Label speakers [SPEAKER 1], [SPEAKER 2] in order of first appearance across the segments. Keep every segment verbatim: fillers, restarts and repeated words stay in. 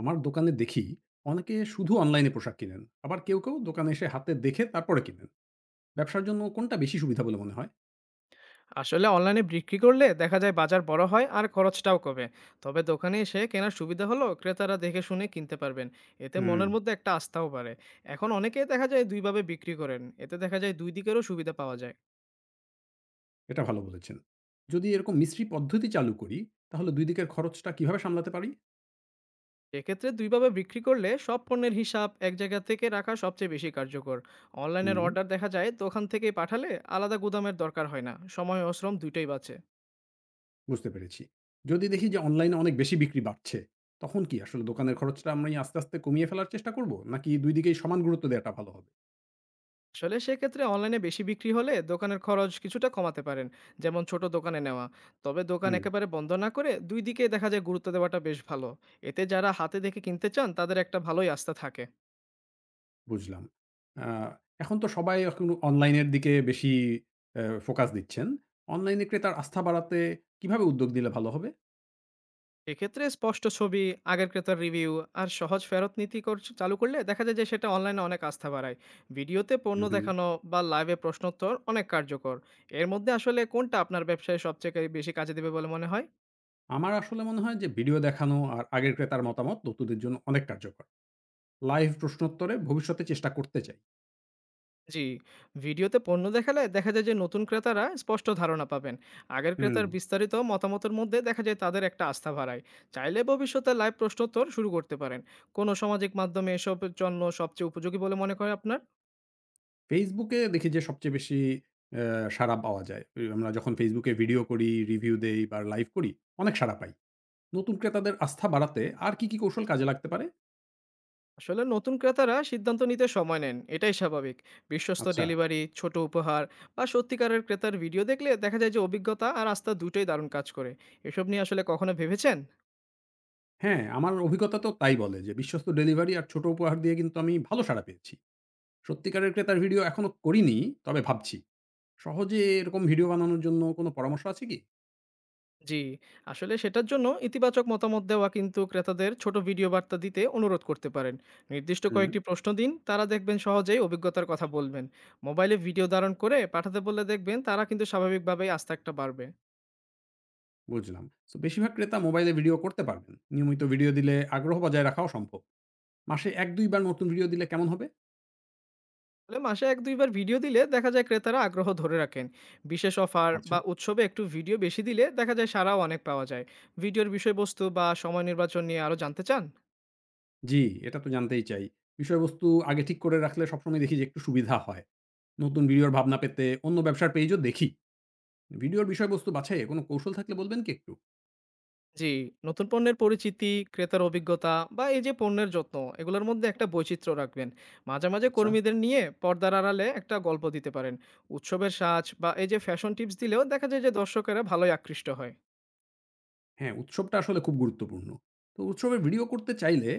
[SPEAKER 1] আমার দোকানে দেখি অনেকে শুধু অনলাইনে পোশাক কিনেন আবার কেউ কেউ দোকানে এসে হাতে দেখে তারপরে কিনেন। ব্যবসার জন্য কোনটা বেশি সুবিধা বলে মনে হয়?
[SPEAKER 2] আসলে অনলাইনে বিক্রি করলে দেখা যায় বাজার বড় হয় আর খরচটাও কমে। তবে দোকানে এসে কেনার সুবিধা হলো ক্রেতারা দেখে শুনে কিনতে পারবেন। এতে
[SPEAKER 1] হুম।
[SPEAKER 2] মনের মধ্যে একটা আস্থাও বাড়ে। এখন অনেকেই দেখা যায় দুইভাবে বিক্রি করেন, এতে দেখা যায় দুই দিকেরও সুবিধা পাওয়া যায়।
[SPEAKER 1] এটা ভালো বলেছেন। যদি এরকম মিশ্রী পদ্ধতি চালু করি, তাহলে দুই দিকের খরচটা কিভাবে সামলাতে পারি?
[SPEAKER 2] এক্ষেত্রে দুইভাবে বিক্রি করলে সব পণ্যের হিসাব এক জায়গা থেকে রাখা সবচেয়ে বেশি কার্যকর। অনলাইনের
[SPEAKER 1] হুম,
[SPEAKER 2] অর্ডার দেখা যায় দোকান থেকেই পাঠালে আলাদা গুদামের দরকার হয় না, সময় ও শ্রম দুইটাই বাঁচে।
[SPEAKER 1] বুঝতে পেরেছি। যদি দেখি যে অনলাইনে অনেক বেশি বিক্রি বাড়ছে, তখন কি আসলে দোকানের খরচটা আমরা আস্তে আস্তে কমিয়ে ফেলার চেষ্টা করব, নাকি দুই দিকেই সমান গুরুত্ব দেওয়াটা ভালো
[SPEAKER 2] আসলে সেক্ষেত্রে অনলাইনে বেশি বিক্রি হলে দোকানের খরচ কিছুটা কমাতে পারেন, যেমন ছোট দোকানে নেওয়া। তবে দোকান
[SPEAKER 1] হবে?
[SPEAKER 2] একেবারে বন্ধ না করে দুই দিকে দেখা যায় গুরুত্ব দেওয়াটা বেশ ভালো। এতে যারা হাতে দেখে কিনতে চান তাদের একটা ভালোই আস্থা থাকে।
[SPEAKER 1] বুঝলাম। আ এখন তো সবাই এখন অনলাইনের দিকে বেশি অ্যা ফোকাস দিচ্ছেন। অনলাইনে ক্রেতার আস্থা বাড়াতে কিভাবে উদ্যোগ নিলে ভালো হবে?
[SPEAKER 2] এক্ষেত্রে স্পষ্ট ছবি, আগের ক্রেতার রিভিউ আর সহজ ফেরত নীতি কর- চালু করলে দেখা যায় যে সেটা অনলাইনে অনেক আস্থা বাড়ায়। ভিডিওতে
[SPEAKER 1] হু,
[SPEAKER 2] পণ্য
[SPEAKER 1] হুম।
[SPEAKER 2] দেখানো বা লাইভে প্রশ্নোত্তর অনেক কার্যকর। এর মধ্যে আসলে কোনটা আপনার ব্যবসায় সবচেয়ে বেশি কাজে দেবে বলে মনে হয়?
[SPEAKER 1] আমার আসলে মনে হয় যে ভিডিও দেখানো আর আগের ক্রেতার মতামত নতুনদের জন্য অনেক কার্যকর। লাইভ প্রশ্নোত্তরে ভবিষ্যতে চেষ্টা করতে চাই।
[SPEAKER 2] জি, ভিডিওতে পণ্য দেখালে দেখা যায় যে নতুন ক্রেতারা স্পষ্ট ধারণা পাবেন। আগের
[SPEAKER 1] হুম।
[SPEAKER 2] ক্রেতার বিস্তারিত মতামতের মধ্যে দেখা যায় তাদের একটা আস্থা বাড়ায়। চাইলে ভবিষ্যতে লাইভ প্রশ্নোত্তর শুরু করতে পারেন। কোন সামাজিক মাধ্যমে এসবের জন্য সবচেয়ে উপযোগী বলে মনে করেন আপনার?
[SPEAKER 1] ফেসবুকে দেখি যে সবচেয়ে বেশি অ্যা সাড়া পাওয়া যায়। এ আমরা যখন ফেসবুকে ভিডিও করি, রিভিউ দেই বা লাইভ করি অনেক সাড়া পাই। নতুন ক্রেতাদের আস্থা বাড়াতে আর কি, কি কৌশল কাজে লাগতে পারে?
[SPEAKER 2] আসলে নতুন ক্রেতারা সিদ্ধান্ত নিতে সময় নেন, এটাই স্বাভাবিক। বিশ্বস্ত
[SPEAKER 1] আচ্ছা।
[SPEAKER 2] ডেলিভারি, ছোট উপহার বা সত্যিকারের ক্রেতার ভিডিও দেখলে দেখা যায় যে অভিজ্ঞতা আর আস্থা দুটোই দারুণ কাজ করে। এসব নিয়ে আসলে কখনো ভেবেছেন?
[SPEAKER 1] হ্যাঁ, আমার অভিজ্ঞতা তো তাই বলে যে বিশ্বস্ত ডেলিভারি আর ছোট উপহার দিয়ে কিন্তু আমি ভালো সাড়া পেয়েছি। সত্যিকারের ক্রেতার ভিডিও এখনো করিনি, তবে ভাবছি। সহজে এরকম ভিডিও বানানোর জন্য কোন পরামর্শ আছে কি?
[SPEAKER 2] জি, আসলে সেটার জন্য ইতিবাচক মতামত দেওয়া কিন্তু ক্রেতাদের ছোট ভিডিও বার্তা দিতে অনুরোধ করতে পারেন। নির্দিষ্ট
[SPEAKER 1] হুম,
[SPEAKER 2] কয়েকটি প্রশ্ন দিন, তারা দেখবেন সহজেই অভিজ্ঞতার কথা বলবেন। মোবাইলে ভিডিও ধারণ করে পাঠাতে বললে দেখবেন তারা কিন্তু স্বাভাবিকভাবেই আস্থা একটা বাড়বে।
[SPEAKER 1] বুঝলাম। তো বেশিরভাগ ক্রেতা মোবাইলে ভিডিও করতে পারবেন। নিয়মিত ভিডিও দিলে আগ্রহ বজায় রাখাও সম্ভব। মাসে এক থেকে দুই বার নতুন ভিডিও দিলে কেমন হবে?
[SPEAKER 2] তাহলে মাসে এক থেকে দুই বার ভিডিও দিলে দেখা যায় ক্রেতারা আগ্রহ ধরে রাখেন। বিশেষ অফার
[SPEAKER 1] আচ্ছা।
[SPEAKER 2] বা উৎসবে একটু ভিডিও বেশি দিলে দেখা যায় সাড়াও অনেক পাওয়া যায়। ভিডিওর বিষয়বস্তু বা সময় নির্বাচন নিয়ে আরো জানতে চান?
[SPEAKER 1] জি, এটা তো জানতেই চাই। বিষয়বস্তু আগে ঠিক করে রাখলে সবসময় দেখি যে একটু সুবিধা হয়। নতুন ভিডিওর ভাবনা পেতে অন্য ব্যবসার পেইজও দেখি। ভিডিওর বিষয়বস্তু বাছাইয়ে কোন কৌশল থাকলে বলবেন কি একটু?
[SPEAKER 2] জি, নতুন পণ্যের পরিচিতি, ক্রেতার অভিজ্ঞতা বা এই যে পণ্যের যত্ন, এগুলোর মধ্যে একটা বৈচিত্র্য রাখবেন। মাঝে মাঝে
[SPEAKER 1] আচ্ছা।
[SPEAKER 2] কর্মীদের নিয়ে পর্দার আড়ালে একটা গল্প দিতে পারেন। উৎসবের সাজ বা এই যে ফ্যাশন টিপস দিলেও দেখা যায় যে দর্শকেরা ভালোই আকৃষ্ট হয়।
[SPEAKER 1] হ্যাঁ, উৎসবটা আসলে খুব গুরুত্বপূর্ণ। তো উৎসবের ভিডিও করতে চাইলে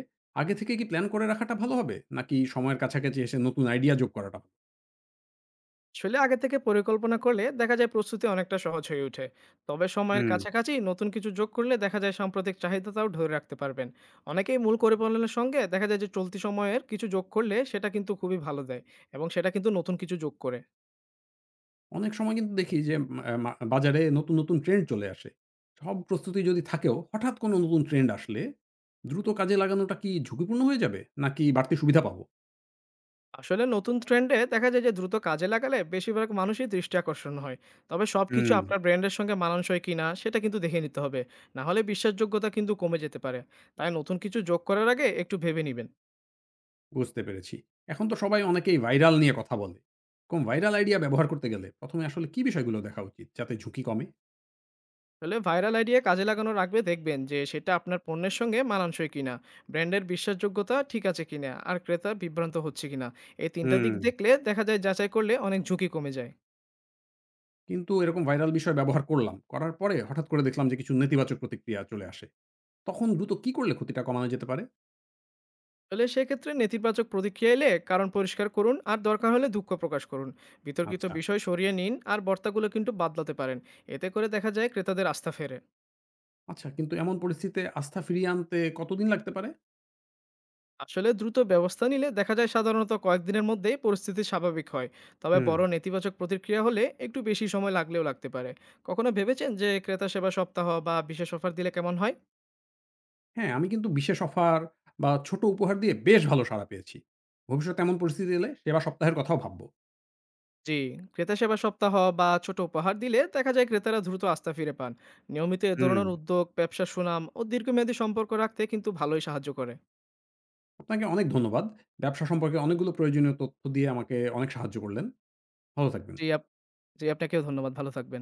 [SPEAKER 1] আগে থেকে কি প্ল্যান করে রাখাটা ভালো হবে, নাকি সময়ের কাছাকাছি এসে নতুন আইডিয়া যোগ করাটা ভালো?
[SPEAKER 2] আসলে আগে থেকে পরিকল্পনা করলে দেখা যায় প্রস্তুতি অনেকটা সহজ হয়ে ওঠে। তবে সময়ের
[SPEAKER 1] হুম।
[SPEAKER 2] কাছাকাছি নতুন কিছু যোগ করলে দেখা যায় সাম্প্রতিক চাহিদাটাও ধরে রাখতে পারবেন। অনেকেই মূল পরিকল্পনার সঙ্গে দেখা যায় যে চলতি সময়ের কিছু যোগ করলে সেটা কিন্তু খুবই ভালো দেয় এবং সেটা কিন্তু নতুন কিছু যোগ করে।
[SPEAKER 1] অনেক সময় কিন্তু দেখি যে অ্যা মা বাজারে নতুন, নতুন ট্রেন্ড চলে আসে। সব প্রস্তুতি যদি থাকেও হঠাৎ কোনো নতুন ট্রেন্ড আসলে দ্রুত কাজে লাগানোটা কি ঝুঁকিপূর্ণ হয়ে যাবে, নাকি বাড়তি সুবিধা পাবো?
[SPEAKER 2] আসলে নতুন ট্রেন্ডে দেখা যায় যে দ্রুত কাজে লাগালে বেশিরভাগ মানুষই দৃষ্টি আকর্ষণ হয়। তবে সবকিছু
[SPEAKER 1] হুম।
[SPEAKER 2] আপনার ব্র্যান্ডের সঙ্গে মানানসই কিনা সেটা কিন্তু দেখে নিতে হবে। না হলে বিশ্বাসযোগ্যতা কিন্তু কমে যেতে পারে। তাই নতুন কিছু যোগ করার আগে একটু ভেবে নেবেন।
[SPEAKER 1] বুঝতে পেরেছি। এখন তো সবাই অনেকেই ভাইরাল নিয়ে কথা বলে। এরকম ভাইরাল আইডিয়া ব্যবহার করতে গেলে প্রথম এ আসলে কি বিষয়গুলো দেখা উচিত যাতে ঝুঁকি কমে?
[SPEAKER 2] তাহলে ভাইরাল আইডিয়া কাজে লাগানোর আগে দেখবেন যে সেটা আপনার পণ্যের সঙ্গে মানানসই কিনা, ব্র্যান্ডের বিশ্বাসযোগ্যতা ঠিক আছে কিনা আর ক্রেতা বিভ্রান্ত হচ্ছে কিনা। এই তিনটা দিক
[SPEAKER 1] হুম।
[SPEAKER 2] দেখলে, দেখা যায় যাচাই করলে অনেক ঝুঁকি কমে যায়।
[SPEAKER 1] কিন্তু এরকম ভাইরাল বিষয় ব্যবহার করলাম। করার পরে হঠাৎ করে দেখলাম যে কিছু নেতিবাচক প্রতিক্রিয়া চলে আসে। তখন দ্রুত কি করলে ক্ষতিটা কমানো যেতে পারে?
[SPEAKER 2] তাহলে সেক্ষেত্রে নেতিবাচক প্রতিক্রিয়া এলে কারণ পরিষ্কার করুন আর দরকার হলে দুঃখ প্রকাশ করুন। বিতর্কিত
[SPEAKER 1] আচ্ছা,
[SPEAKER 2] বিষয় সরিয়ে নিন আর বর্তাগুলো কিন্তু বদলাতে পারেন। এতে করে দেখা যায় ক্রেতাদের আস্থা ফেরে।
[SPEAKER 1] আচ্ছা, কিন্তু এমন পরিস্থিতিতে আস্থা ফিরিয়ে আনতে কতদিন লাগতে পারে?
[SPEAKER 2] আসলে দ্রুত ব্যবস্থা নিলে দেখা যায় সাধারণত কয়েকদিনের মধ্যেই পরিস্থিতি স্বাভাবিক হয়। তবে
[SPEAKER 1] হুম,
[SPEAKER 2] বড় নেতিবাচক প্রতিক্রিয়া হলে একটু বেশি সময় লাগলেও লাগতে পারে। কখনো ভেবেছেন যে ক্রেতা সেবা সপ্তাহ বা বিশেষ অফার দিলে কেমন হয়?
[SPEAKER 1] হ্যাঁ, আমি কিন্তু বিশেষ অফার বা ছোট উপহার দিয়ে বেশ ভালো সাড়া পেয়েছি। ভবিষ্যতে এমন পরিস্থিতি এলে সেবা সপ্তাহের কথাও ভাববো।
[SPEAKER 2] জি, ক্রেতা সেবা সপ্তাহ বা ছোট উপহার দিলে দেখা যায় ক্রেতারা দ্রুত আস্থা ফিরে পান। নিয়মিত এ
[SPEAKER 1] হুম,
[SPEAKER 2] ধরনের উদ্যোগ ব্যবসার সুনাম ও দীর্ঘমেয়াদী সম্পর্ক রাখতে কিন্তু ভালোই সাহায্য করে।
[SPEAKER 1] আপনাকে অনেক ধন্যবাদ। ব্যবসা সম্পর্কে অনেকগুলো প্রয়োজনীয় তথ্য দিয়ে আমাকে অনেক সাহায্য করলেন। ভালো থাকবেন।
[SPEAKER 2] জি, আপ জি, আপনাকেও ধন্যবাদ। ভালো থাকবেন।